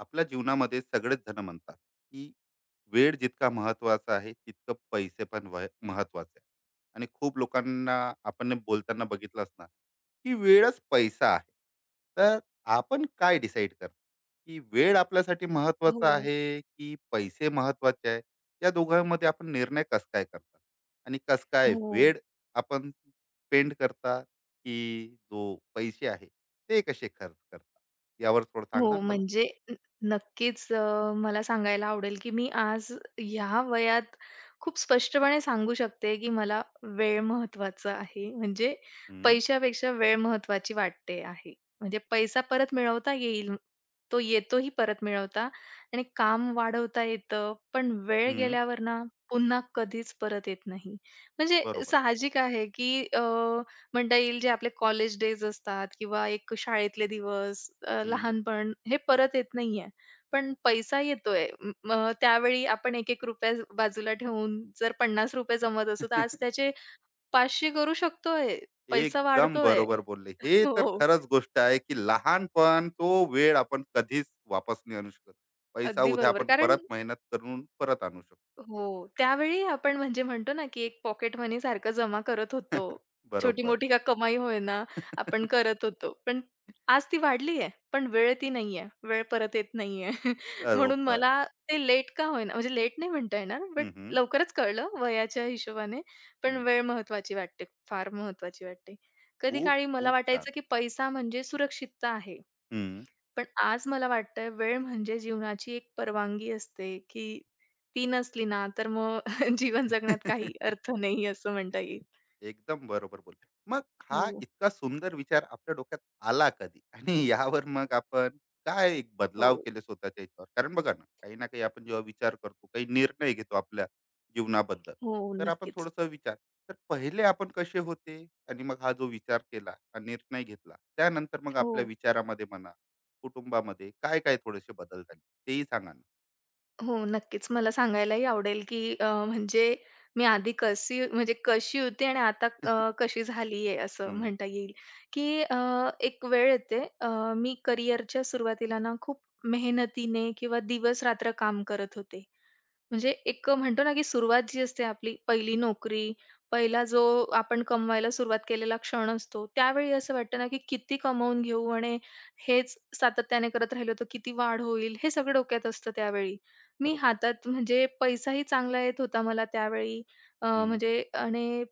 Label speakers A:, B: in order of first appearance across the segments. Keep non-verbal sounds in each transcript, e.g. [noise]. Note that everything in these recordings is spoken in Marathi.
A: आपल्या जीवनामध्ये सगळेच जण म्हणतात की वेळ जितका महत्वाचा आहे तितकं पैसे पण महत्वाचे आहे. आणि खूप लोकांना आपण ने बोलताना बघितलं असणार की वेळच पैसा आहे. तर आपण काय डिसाईड करता की वेळ आपल्यासाठी महत्वाचा
B: हो,
A: आहे की पैसे महत्वाचे आहे. या दोघांमध्ये आपण निर्णय कस काय करता आणि कस काय
B: हो,
A: वेळ आपण पेंड करता, की जो पैसे आहे ते कसे खर्च करता, यावर थोडं
B: हो.
A: सांगणार
B: म्हणजे न नक्कीच मला सांगायला आवडेल, की मी आज ह्या वयात खूप स्पष्टपणे सांगू शकते, की मला वेळ महत्वाचा आहे. म्हणजे
A: मला.
B: पैशापेक्षा वेळ महत्त्वाची वाटते आहे. म्हणजे पैसा परत मिळवता येईल, तो येतोही परत मिळवता आणि काम वाढवता येतं, पण वेळ
A: हं,
B: गेल्यावर ना, पुन्हा कधीच परत येत नाही. म्हणजे
A: बरोबर.
B: साहजिक आहे, की म्हणता येईल जे आपले कॉलेज डेज असतात किंवा एक शाळेतले दिवस,
A: हं.
B: लहानपण हे परत येत नाहीये. पण पैसा येतोय. मग त्यावेळी आपण एक एक ₹1 बाजूला ठेवून जर ₹50 जमत असू, तर आज
A: [laughs]
B: त्याचे 500 करू शकतोय. पैसा
A: एकदम
B: वाढतोय.
A: बरोबर बोलले.
B: [laughs]
A: हे तर
B: हो,
A: खरंच गोष्ट आहे, की लहानपण तो वेळ आपण कधीच वापस नाही आणू शकत. पैसा
B: अगदी
A: उद्या
B: बरोबर.
A: आपण
B: कारण
A: परत मेहनत करून परत आणू शकतो.
B: हो. त्यावेळी आपण म्हणजे म्हणतो ना, की एक पॉकेट मनी सारखं जमा करत होतो.
A: [laughs] बरोबर.
B: छोटी-मोठी का कमाई होय ना आपण
A: [laughs]
B: करत होतो. पण आज ती वाढली आहे, पण वेळ ती नाहीये. वेळ परत येत नाहीये. [laughs] म्हणून
A: बरोबर.
B: मला ते लेट का होईना, म्हणजे लेट नाही म्हणता येणार, बट
A: हं, हं.
B: लवकरच कळलं वयाच्या हिशोबाने. पण
A: हं.
B: वेळ महत्त्वाची वाटते, फार महत्त्वाची वाटते. कधी
A: खूप
B: काळी मला
A: खूप
B: वाटायचं,
A: छान.
B: की पैसा म्हणजे सुरक्षितता आहे.
A: हं.
B: पण आज मला वाटतंय वेळ म्हणजे जीवनाची एक परवानगी असते, की ती नसली ना, तर मग [laughs] जीवन जगण्यात काही अर्थ
A: [laughs]
B: नाही असं म्हणता येईल.
A: एकदम बरोबर बोल. मग हा
B: हो,
A: इतका सुंदर विचार आपल्या डोक्यात आला कधी, आणि [laughs] यावर मग आपण काय एक
B: हो,
A: बदलाव केले स्वतःच्या याच्यावर? कारण बघा ना, काही ना काही आपण जेव्हा विचार करतो, काही निर्णय घेतो आपल्या जीवनाबद्दल,
B: हो,
A: तर आपण
B: नक्कीच.
A: थोडस विचार. तर पहिले आपण कसे होते, आणि मग हा जो विचार केला, हा निर्णय घेतला, त्यानंतर मग
B: हो,
A: आपल्या विचारामध्ये म्हणा, कुटुंबामध्ये काय काय थोडेसे बदल झाले, तेही सांगा ना.
B: हो, नक्कीच. मला सांगायलाही आवडेल, की म्हणजे मी आधी कशी म्हणजे कशी होती आणि आता
A: [laughs]
B: कशी झाली आहे असं
A: हम्म,
B: म्हणता येईल, की एक वेळ येते मी करिअरच्या सुरुवातीला ना खूप मेहनतीने किंवा दिवस-रात्र काम करत होते. म्हणजे एक म्हणतो ना, की सुरुवात जी असते आपली पहिली नोकरी, पहिला जो आपण कमवायला सुरुवात केलेला क्षण असतो, त्यावेळी असं वाटतं ना, की किती कमवून घेऊ आणि हेच सातत्याने करत राहिलो तर किती वाढ होईल, हे सगळं डोक्यात असतं त्यावेळी. मी
A: बरोबर.
B: हातात म्हणजे पैसाही चांगला येत होता मला त्यावेळी
A: हम्म,
B: म्हणजे आणि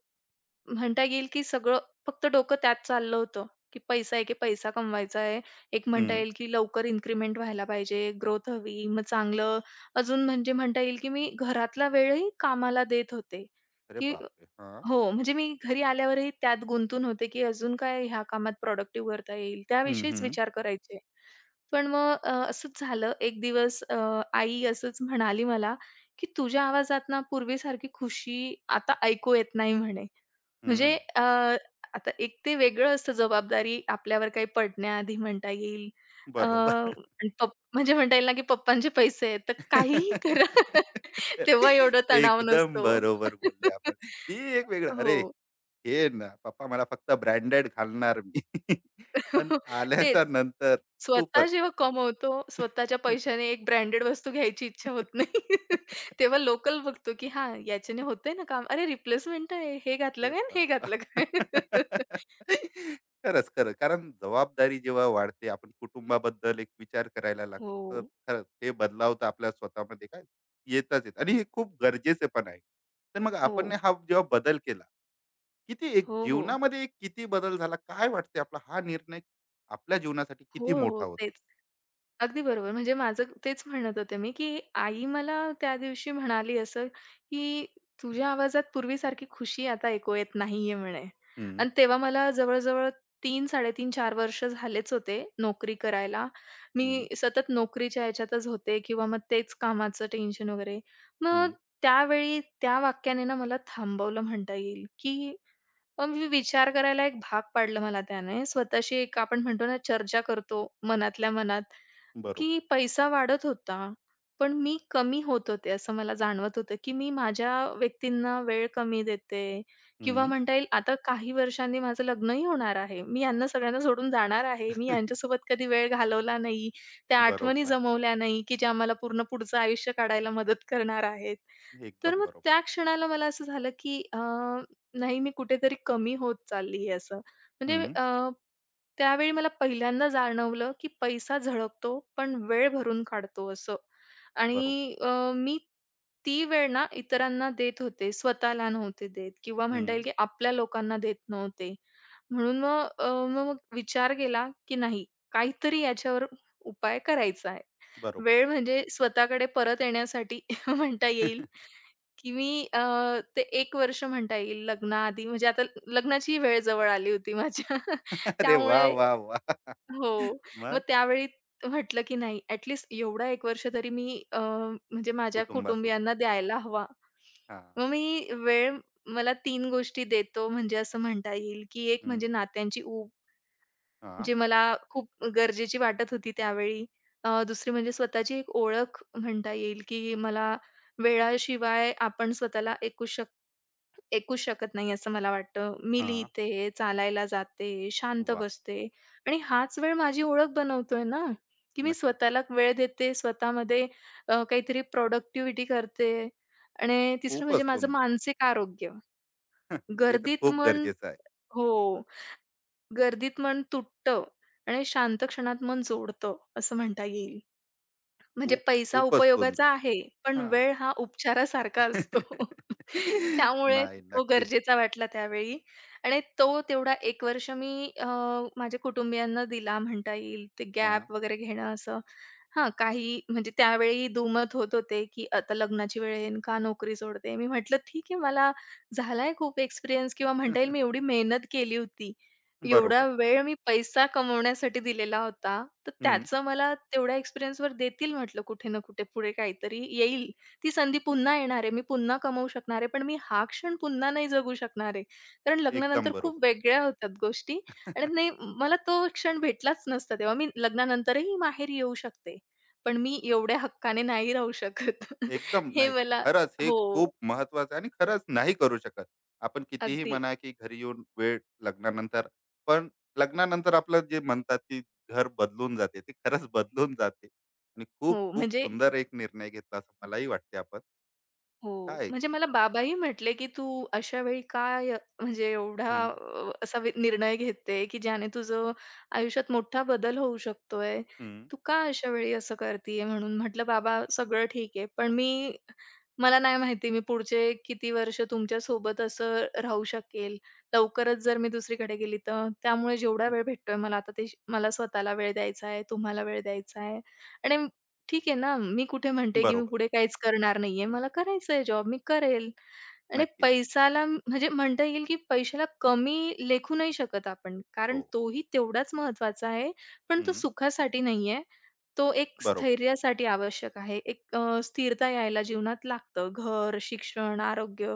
B: म्हणता येईल की सगळं फक्त डोकं त्यात चाललं होतं, की पैसा आहे, की पैसा कमवायचा आहे. एक म्हणता
A: हम्म.
B: येईल की लवकर इन्क्रिमेंट व्हायला पाहिजे, ग्रोथ हवी, मग चांगलं अजून म्हणजे म्हणता येईल की मी घरातला वेळही कामाला देत होते,
A: अरे
B: की
A: बापरे हा.
B: हो, म्हणजे मी घरी आल्यावरही त्यात गुंतून होते, की अजून काय ह्या कामात प्रॉडक्टिव्ह करता येईल,
A: हम्म,
B: त्याविषयीच
A: हम्म,
B: विचार करायचे. पण मग असंच झालं एक दिवस आई असंच म्हणाली मला, की "तुझ्या आवाजात ना पूर्वीसारखी खुशी आता ऐकू येत नाही" म्हणे. म्हणजे
A: हम्म.
B: आता एक ते वेगळं असतं जबाबदारी आपल्यावर काही पडण्याआधी म्हणता येईल.
A: बरोबर.
B: आणि म्हणजे म्हणता येईल ना, की पप्पांचे पैसे आहेत, तर काहीही करा. [laughs]
A: [laughs]
B: तेव्हा एवढा तणाव
A: एकदम
B: नसतो.
A: बरोबर बोलले आपण.
B: [laughs]
A: ती एक वेगळं
B: हो.
A: अरे, हे ना पप्पा मला फक्त ब्रँडेड घालणार मी. [laughs] पण
B: [laughs] तेच.
A: आल्याच्या नंतर
B: स्वतः
A: खूपच.
B: जेव्हा कमवतो, स्वतःच्या पैशाने एक ब्रँडेड वस्तू घ्यायची इच्छा होत नाही.
A: [laughs]
B: [laughs] तेव्हा लोकल बघतो, की हां, याच्याने होतंय ना काम. अरे, रिप्लेसमेंट आहे. हे घातलं
A: हे
B: काय आणि हे
A: भगवान!
B: घातलं काय?
A: [laughs]
B: [laughs]
A: खरंच, खरंच. कारण जबाबदारी जेव्हा वाढते, आपण कुटुंबाबद्दल एक विचार करायला लागतो. तर
B: हो,
A: खरंच हे बदलाव तर आपल्या स्वतःमध्ये काय येतच आहेत, आणि हे खूप गरजेचे पण आहे. तर मग
B: हो.
A: आपण हा जेव्हा बदल केला, किती एक
B: हो, हो.
A: जीवनामध्ये एक किती बदल झाला? काय वाटते, आपला हा निर्णय आपल्या जीवनासाठी किती
B: हो, हो.
A: मोठा होता?
B: तेच. अगदी बरोबर. म्हणजे माझं तेच म्हणत होते मी, की आई मला त्या दिवशी म्हणाली असं, की "तुझ्या आवाजात पूर्वीसारखी खुशी आता ऐकू येत नाहीये" म्हणे.
A: हं,
B: आणि तेव्हा मला जवळ-जवळ 3, 3.5, 4 वर्ष झालेच होते नोकरी करायला.
A: हं,
B: मी सतत नोकरीच्या ह्याच्यातच होते किंवा मग तेच कामाचं टेन्शन वगैरे. मग
A: हं.
B: त्यावेळी त्या वाक्याने ना मला थांबवलं म्हणता येईल, की मग मी विचार करायला एक भाग पाडलं मला त्याने. स्वतःशी एक आपण म्हणतो ना चर्चा करतो मनातल्या मनात,
A: बरोबर.
B: की पैसा वाढत होता, पण मी कमी होत होते असं मला जाणवत होतं, की मी माझ्या व्यक्तींना वेळ कमी देते किंवा
A: हं.
B: म्हणता येईल आता काही वर्षांनी माझं लग्नही होणार आहे. मी यांना सगळ्यांना सोडून जाणार आहे. मी
A: [laughs]
B: यांच्यासोबत कधी वेळ घालवला नाही. त्या आठवणी
A: बरोबर.
B: जमवल्या नाही, की ज्या मला पूर्ण पुढचं आयुष्य काढायला मदत करणार आहेत. तर
A: एकदम
B: मग
A: बरोबर.
B: त्या क्षणाला मला असं झालं, की नाही, मी कुठेतरी कमी होत चालली आहे असं. म्हणजे
A: हं.
B: त्यावेळी मला पहिल्यांदा जाणवलं, की पैसा झळकतो, पण वेळ भरून काढतो असं.
A: बरोबर.
B: आणि मी ती वेळ ना इतरांना देत होते, स्वतःला नव्हते देत किंवा म्हणता येईल,
A: हं.
B: की आपल्या लोकांना देत नव्हते. म्हणून मग अ, मग मग विचार केला, की नाही काहीतरी याच्यावर उपाय करायचा आहे.
A: बरोबर.
B: वेळ म्हणजे स्वतःकडे परत येण्यासाठी [laughs] म्हणता येईल.
A: [laughs]
B: की मी ते एक वर्ष म्हणता येईल लग्नाआधी म्हणजे आता लग्नाची वेळ जवळ आली होती माझ्या. [laughs]
A: अरे वा,
B: त्यामुळे
A: वा, वा,
B: हो. मग
A: मग.
B: त्यावेळी म्हटलं की नाही ॲट लीस्ट एवढा एक वर्ष तरी मी म्हणजे माझ्या
A: कुटुंबासोबत.
B: कुटुंबियांना द्यायला हवा.
A: हां.
B: मग मी वेळ मला तीन गोष्टी देतो म्हणजे असं म्हणता येईल, की एक म्हणजे
A: हं.
B: नात्यांची ऊब,
A: हां,
B: जे मला खूप गरजेची वाटत होती त्यावेळी. दुसरी म्हणजे स्वतःची एक ओळख म्हणता येईल, की मला वेळाशिवाय आपण स्वतःला ऐकूच शकत नाही असं मला वाटतं. मी
A: हां.
B: लिहिते, चालायला जाते, शांत
A: वाह!
B: बसते आणि हाच वेळ माझी ओळख बनवतोय ना, की मी
A: नक्कीच.
B: स्वतःला वेळ देते, स्वतःमध्ये काहीतरी प्रॉडक्टिव्हिटी करते आणि तिसरं म्हणजे
A: खूपच
B: माझं
A: सुंदर.
B: मानसिक आरोग्य.
A: [laughs] ते तर
B: गर्दीत
A: खूप
B: मन
A: गरजेचं आहे.
B: हो, गर्दीत मन तुटतं आणि शांत क्षणात मन जोडतं असं म्हणता येईल. म्हणजे
A: खूप,
B: पैसा
A: खूपच
B: उपयोगाचा
A: सुंदर.
B: आहे, पण
A: हां.
B: वेळ हा उपचारासारखा असतो. [laughs]
A: [laughs]
B: त्यामुळे
A: नाही,
B: तो
A: नक्कीच.
B: गरजेचा वाटला त्यावेळी आणि तो तेवढा एक वर्ष मी माझ्या कुटुंबियांना दिला म्हणता येईल. ते
A: हां.
B: गॅप वगैरे घेणं असं. हां, काही म्हणजे त्यावेळी दुमत होत होते, की आता लग्नाची वेळ येईन का नोकरी सोडते? मी म्हटलं, "ठीक आहे, मला झालाय खूप एक्सपिरियन्स किंवा म्हणता येईल मी
A: [laughs]
B: एवढी मेहनत केली होती. एवढा
A: बरोबर.
B: वेळ मी पैसा कमवण्यासाठी दिलेला होता, तर
A: हं.
B: त्याचं मला तेवढ्या एक्सपिरियन्सवर देतील म्हटलं कुठे ना कुठे पुढे काहीतरी येईल. ती संधी पुन्हा येणार आहे. मी पुन्हा कमवू शकणार आहे, पण मी हा क्षण पुन्हा नाही जगू शकणार आहे." कारण
A: एकदम
B: लग्नानंतर खूप
A: बरोबर.
B: वेगळ्या होतात गोष्टी आणि नाही मला तो क्षण भेटलाच नसता तेव्हा. मी लग्नानंतरही माहेरी येऊ शकते. पण मी एवढ्या हक्काने नाही राहू शकत. [laughs]
A: एकदम
B: हे
A: नाही.
B: मला
A: खरंच हे
B: हो,
A: खूप महत्वाचं आहे आणि खरंच नाही करू शकत. आपण कितीही
B: अगदी.
A: म्हणा, की घरी येऊन वेळ लग्नानंतर. पण लग्नानंतर आपलं जे म्हणतात, की घर बदलून जाते, ते खरंच बदलून जाते, आणि
B: हो,
A: खूप-खूप
B: म्हणजे
A: सुंदर एक निर्णय घेतला असं मलाही वाटते आपण.
B: हो.
A: काय?
B: म्हणजे मला बाबाही म्हटले, की "तू अशा वेळी काय म्हणजे एवढा
A: हं,
B: असा निर्णय घेते, की ज्याने तुझं आयुष्यात मोठा बदल होऊ शकतोय.
A: हं,
B: तू का अशा वेळी असं करतीये?" म्हणून म्हटलं, "बाबा सगळं ठीक आहे, पण मी मला नाही माहिती मी पुढचे किती वर्ष तुमच्यासोबत असं राहू शकेल. लवकरच जर मी दुसरीकडे गेली तर त्यामुळे जेवढा
A: हं.
B: वेळ भेटतोय मला आता ते मला स्वतःला वेळ द्यायचा आहे, तुम्हाला वेळ द्यायचा आहे आणि ठीक आहे ना, मी कुठे म्हणते, की मी
A: बरोबर.
B: पुढे काहीच करणार नाहीये. मला करायचा आहे जॉब, मी करेल. आणि
A: नक्कीच.
B: पैसाला म्हणजे म्हणता येईल, की पैशाला कमी लेखू नाही शकत आपण. कारण
A: हो.
B: तोही तेवढाच महत्वाचा आहे, पण तो
A: हं.
B: सुखासाठी नाही आहे. तो एक
A: बरोबर.
B: स्थैर्यासाठी आवश्यक आहे. एक स्थिरता यायला जीवनात लागतं. घर, शिक्षण, आरोग्य,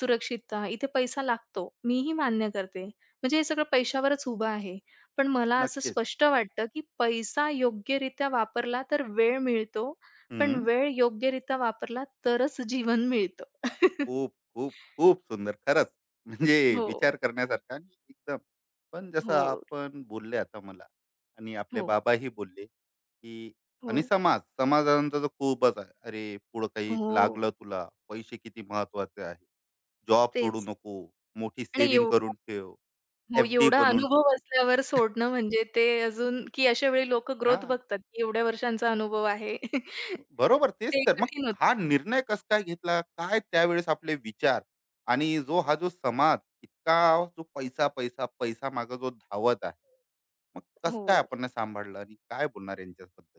B: सुरक्षितता इथे पैसा लागतो. मीही मान्य करते. म्हणजे हे सगळं पैशावरच उभं आहे. पण मला असं
A: नक्कीच.
B: स्पष्ट वाटतं, की पैसा योग्यरित्या वापरला तर वेळ मिळतो. पण
A: हं.
B: वेळ योग्यरित्या वापरला तरच जीवन मिळतं. [laughs]
A: खूप खूप, खूप सुंदर खरंच. म्हणजे
B: हो,
A: विचार करण्यासारखा आणि एकदम. पण जसं
B: हो,
A: आपण बोलले आता मला, आणि आपले
B: हो,
A: बाबाही बोलले की,
B: हो,
A: आणि समाजानंतर तर खूपच आहे अरे. पुढं काही
B: हो.
A: लागलं तुला, पैसे किती महत्वाचे आहे, जॉब सोडू
B: तेच
A: नको, मोठी
B: आणि
A: सेविंग
B: एवढा
A: करून ठेव,
B: हो,
A: FD
B: एवढा
A: बनवून.
B: अनुभव असल्यावर सोडणं म्हणजे ते अजून की अशा वेळी लोकं
A: हा,
B: ग्रोथ बघतात, की एवढ्या वर्षांचा अनुभव आहे. [laughs]
A: बरोबर. तेच
B: ते
A: तर मग
B: कठीण होतं.
A: हा निर्णय कस काय घेतला, काय त्यावेळेस आपले विचार? आणि जो हा जो समाज इतका जो पैसा पैसा पैसा माग जो धावत आहे, मग कस
B: हो.
A: काय आपण हे सांभाळलं आणि काय बोलणार यांच्याबद्दल?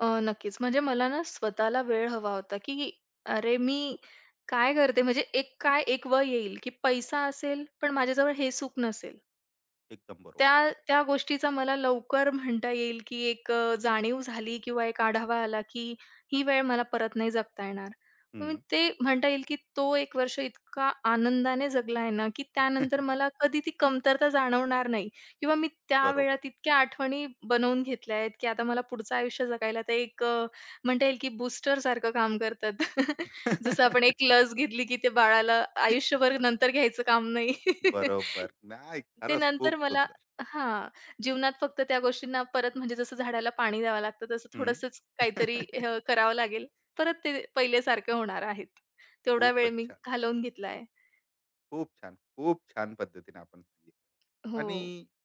B: नक्कीच. म्हणजे मला ना स्वतःला वेळ हवा होता, की अरे मी काय करते? म्हणजे एक काय एक वय येईल, की पैसा असेल, पण माझ्याजवळ हे सुख नसेल.
A: एकदम बरोबर.
B: त्या त्या गोष्टीचा मला लवकर म्हणता येईल, की एक जाणीव झाली किंवा एक आढावा आला, की ही वेळ मला परत नाही जगता येणार. मग मी
A: हम्म.
B: ते म्हणता येईल, की तो एक वर्ष इतका आनंदाने जगला आहे ना, की त्यानंतर
A: [laughs]
B: मला कधी ती कमतरता जाणवणार नाही किंवा मी त्या
A: बरोबर.
B: वेळात इतक्या आठवणी बनवून घेतल्या आहेत, की आता मला पुढचं आयुष्य जगायला ते एक म्हणता येईल, की बूस्टरसारखं काम करतात. [laughs] जसं आपण एक
A: [laughs]
B: लस घेतली, की ते बाळाला आयुष्यभर नंतर घ्यायचं काम नाही.
A: बरोबर.
B: [laughs]
A: नाही,
B: ते
A: खरंच
B: नंतर
A: खूप
B: मला
A: सुंदर.
B: हां. जीवनात फक्त त्या गोष्टींना परत म्हणजे जसं झाडाला पाणी द्यावं लागतं, तसं
A: हम्म.
B: थोडंसंच काहीतरी
A: [laughs]
B: करावं लागेल. परत ते पहिल्यासारखं होणार आहेत. तेवढा वेळ
A: खूपच
B: मी
A: छान.
B: घालवून घेतलाय.
A: खूप छान, खूप छान पद्धतीने आपण सांगितलं.
B: हो,
A: आणि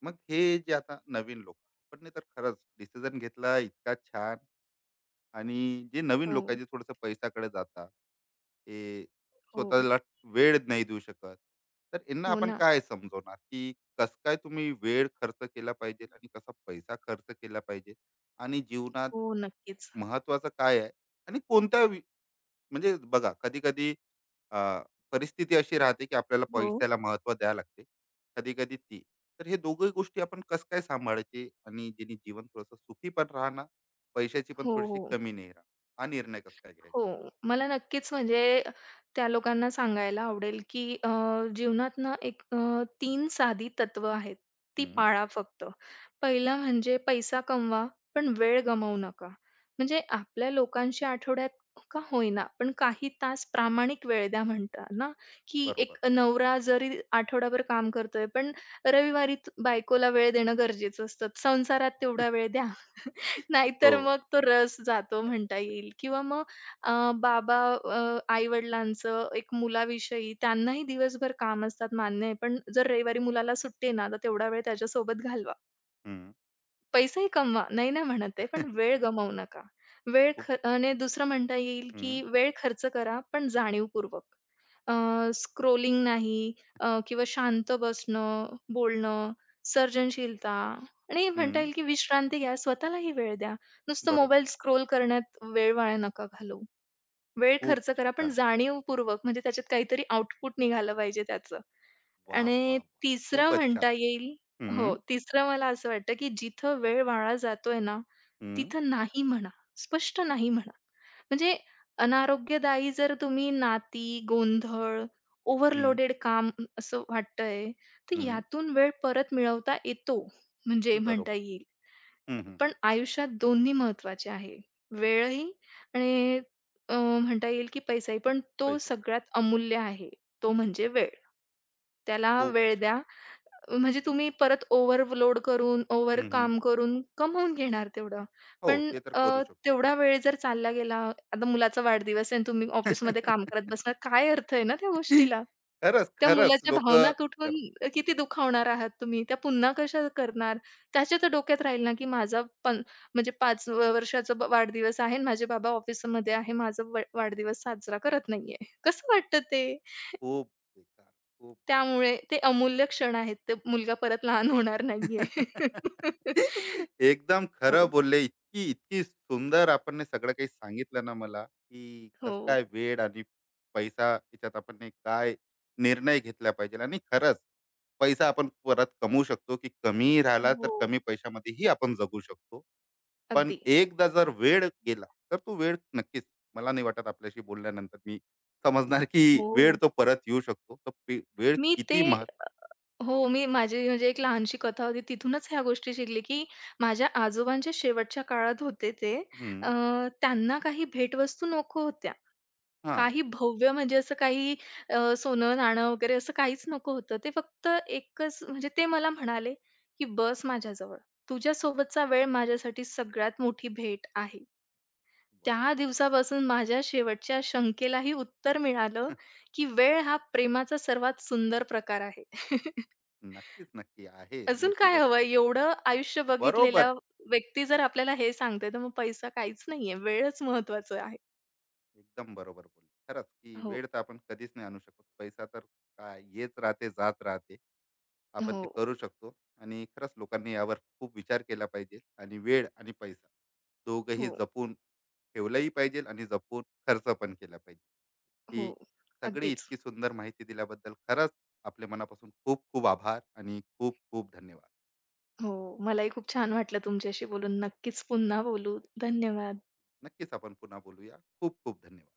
A: मग हे जे आता नवीन लोक, आपण नाही तर खरंच डिसिजन घेतला इतका छान. आणि जे नवीन लोक आहे,
B: हो,
A: जे थोडंसं पैशाकडे जातात, हे
B: हो.
A: स्वतःला वेळ नाही देऊ शकत, तर यांना
B: हो
A: आपण
B: ना.
A: काय समजवणार, की कस काय तुम्ही वेळ खर्च केला पाहिजे आणि कसा पैसा खर्च केला पाहिजे, आणि जीवनात
B: हो, नक्कीच.
A: महत्वाचं काय आहे, आणि कोणत्या वि-, म्हणजे बघा कधी कधी अ, परिस्थिती अशी राहते की आपल्याला
B: हो,
A: पैशाला महत्व द्यावं लागते कधी कधी ती. तर हे दोघही गोष्टी आपण कसं काय सांभाळायची, आणि जेणे जीवन थोडंसं सुखी पण राहणार, पैशाची पण
B: हो,
A: थोडीशी
B: हो.
A: कमी नाही राहणार, हा निर्णय कसं काय घ्यायचा?
B: हो. मला नक्कीच म्हणजे त्या लोकांना सांगायला आवडेल, की जीवनात ना एक 3 साधी तत्व आहेत. ती
A: हम्म,
B: पाळा फक्त. पहिलं म्हणजे पैसा कमवा, पण वेळ गमावू नका. म्हणजे आपल्या लोकांशी आठवड्यात का होईना, पण काही तास प्रामाणिक वेळ द्या म्हणतात ना, की एक
A: बरोबर.
B: नवरा जरी आठवडाभर काम करतोय, पण रविवारी बायकोला वेळ देणं गरजेचं असतं. संसारात तेवढा वेळ द्या.
A: हो.
B: नाहीतर मग तो रस जातो म्हणता येईल किंवा मग अ, बाबा आई-वडिलांचं एक मुलाविषयी त्यांनाही दिवसभर काम असतात, मान्य आहे. पण जर रविवारी मुलाला सुट्टी आहे ना, तर तेवढा वेळ त्याच्यासोबत घालवा.
A: हम्म,
B: पैसेही कमवा, नाही नाही म्हणत आहे, पण वेळ गमावू नका. वेळ
A: खूप.
B: ख आणि दुसरं म्हणता येईल,
A: हम्म,
B: की वेळ खर्च करा, पण जाणीवपूर्वक. अ, स्क्रोलिंग नाही किंवा शांत बसणं, बोलणं, सर्जनशीलता आणि म्हणता
A: हम्म,
B: येईल, की विश्रांती घ्या. स्वतःलाही वेळ द्या. नुसतं
A: बरोबर.
B: मोबाईल स्क्रोल करण्यात वेळ वाया नका घालवू. वेळ
A: खूप
B: खर्च करा, पण
A: छान.
B: जाणीवपूर्वक म्हणजे त्याच्यात काहीतरी आउटपुट निघालं पाहिजे त्याचं.
A: वा
B: आणि
A: वा वा,
B: तिसरं
A: खूपच छान.
B: म्हणता येईल हो,
A: हम्म,
B: तिसरं मला असं वाटतं, की जिथं वेळ वाया जातोय ना,
A: हम्म,
B: तिथं नाही म्हणा. स्पष्ट नाही म्हणा. म्हणजे अनारोग्यदायी जर तुम्ही नाती, गोंधळ,
A: हम्म,
B: ओव्हरलोडेड काम असं वाटतंय, तर
A: हम्म,
B: यातून वेळ परत मिळवता येतो, म्हणजे म्हणता
A: बरोबर.
B: येईल.
A: हम्म, हम्म,
B: पण आयुष्यात दोन्ही महत्त्वाचे आहे. वेळही आणि अ, म्हणता येईल की पैसाही. पण तो
A: पैसे.
B: सगळ्यात अमूल्य आहे. तो म्हणजे वेळ. त्याला
A: खूप
B: वेळ
A: छान.
B: द्या. म्हणजे तुम्ही परत ओव्हरलोड करून,
A: हम्म, हम्म,
B: ओव्हरकाम करून कमवून घेणार तेवढं.
A: हो
B: पण
A: ते तर करू शकतो.
B: तेवढा वेळ जर चालला गेला, आता मुलाचा वाढदिवस आहे आणि तुम्ही ऑफिसमध्ये काम
A: [laughs]
B: करत बसणार, काय अर्थ आहे ना त्या गोष्टीला?
A: खरंच,
B: त्या
A: खरंच
B: मुलाच्या भावना
A: लोकं
B: कुठून
A: करतात.
B: किती दुखावणार आहात तुम्ही? त्या पुन्हा कशा करणार? त्याच्या तर डोक्यात राहील ना, की माझा पण म्हणजे 5 वर्षाचा वाढदिवस आहे आणि माझे बाबा ऑफिसमध्ये आहे. माझा वाढदिवस साजरा करत नाहीये. कसं वाटतं ते?
A: खूप बेकार, खूप बेकार.
B: त्यामुळे ते अमूल्य क्षण आहेत. ते मुलगा परत लहान होणार नाहीये.
A: [laughs]
B: [laughs]
A: एकदम खरं
B: हो,
A: बोलले. इतकी, इतकी सुंदर आपण ने सगळं काही सांगितलं ना मला, की कसं
B: हो,
A: काय वेळ आणि पैसा याच्यात आपण ने काय निर्णय घेतला पाहिजे. आणि खरंच पैसा आपण परत कमवू शकतो, की कमी राहिला
B: हो.
A: तर कमी पैशामध्येही आपण जगू शकतो. पण
B: अगदी.
A: एकदा जर वेळ गेला, तर तो वेळ नक्कीच, मला नाही वाटत आपल्याशी बोलल्यानंतर मी समजणार की वेळ
B: हो.
A: तो परत येऊ शकतो. तर वेळ
B: मी ते
A: किती महत्.
B: हो, मी माझी म्हणजे एक लहानशी कथा होती. तिथूनच ह्या गोष्टी शिकली, की माझ्या आजोबांच्या शेवटच्या काळात होते ते.
A: हं,
B: अ, त्यांना काही भेटवस्तू नको होत्या.
A: हां.
B: काही भव्य म्हणजे असं काही सोनं-नाणं वगैरे असं काहीच नको होतं. ते फक्त एकच म्हणजे ते मला म्हणाले, की "बस माझ्याजवळ. तुझ्यासोबतचा वेळ माझ्यासाठी सगळ्यात मोठी भेट आहे." त्या दिवसापासून माझ्या शेवटच्या शंकेलाही उत्तर मिळालं,
A: [laughs]
B: की वेळ हा प्रेमाचा सर्वात सुंदर प्रकार आहे. [laughs]
A: नक्कीच, नक्की आहे आणि
B: अजून काय
A: त्याच्यात
B: हवं? एवढं आयुष्य
A: बरोबर.
B: बघितलेला व्यक्ती जर आपल्याला हे सांगते, तर मग पैसा काहीच नाहीये. वेळच महत्त्वाचं आहे.
A: एकदम बरोबर बोलले खरंच, की
B: हो,
A: वेळ तर आपण कधीच नाही आणू शकत. पैसा तर काय, येत राहते जात राहते, आपण
B: हो,
A: ते करू शकतो. आणि खरंच लोकांनी यावर खूप विचार केला पाहिजे, आणि वेळ आणि पैसा दोघंही
B: हो,
A: जपून ठेवलंही पाहिजे आणि जपून खर्च पण केला पाहिजे.
B: हो.
A: ही सगळी
B: अगदीच.
A: इतकी सुंदर माहिती दिल्याबद्दल खरंच आपले मनापासून खूप खूप आभार आणि खूप खूप धन्यवाद.
B: हो, मलाही खूप छान वाटलं तुमच्याशी बोलून. नक्कीच पुन्हा बोलू. धन्यवाद.
A: नक्कीच आपण पुन्हा बोलूया. खूप खूप धन्यवाद.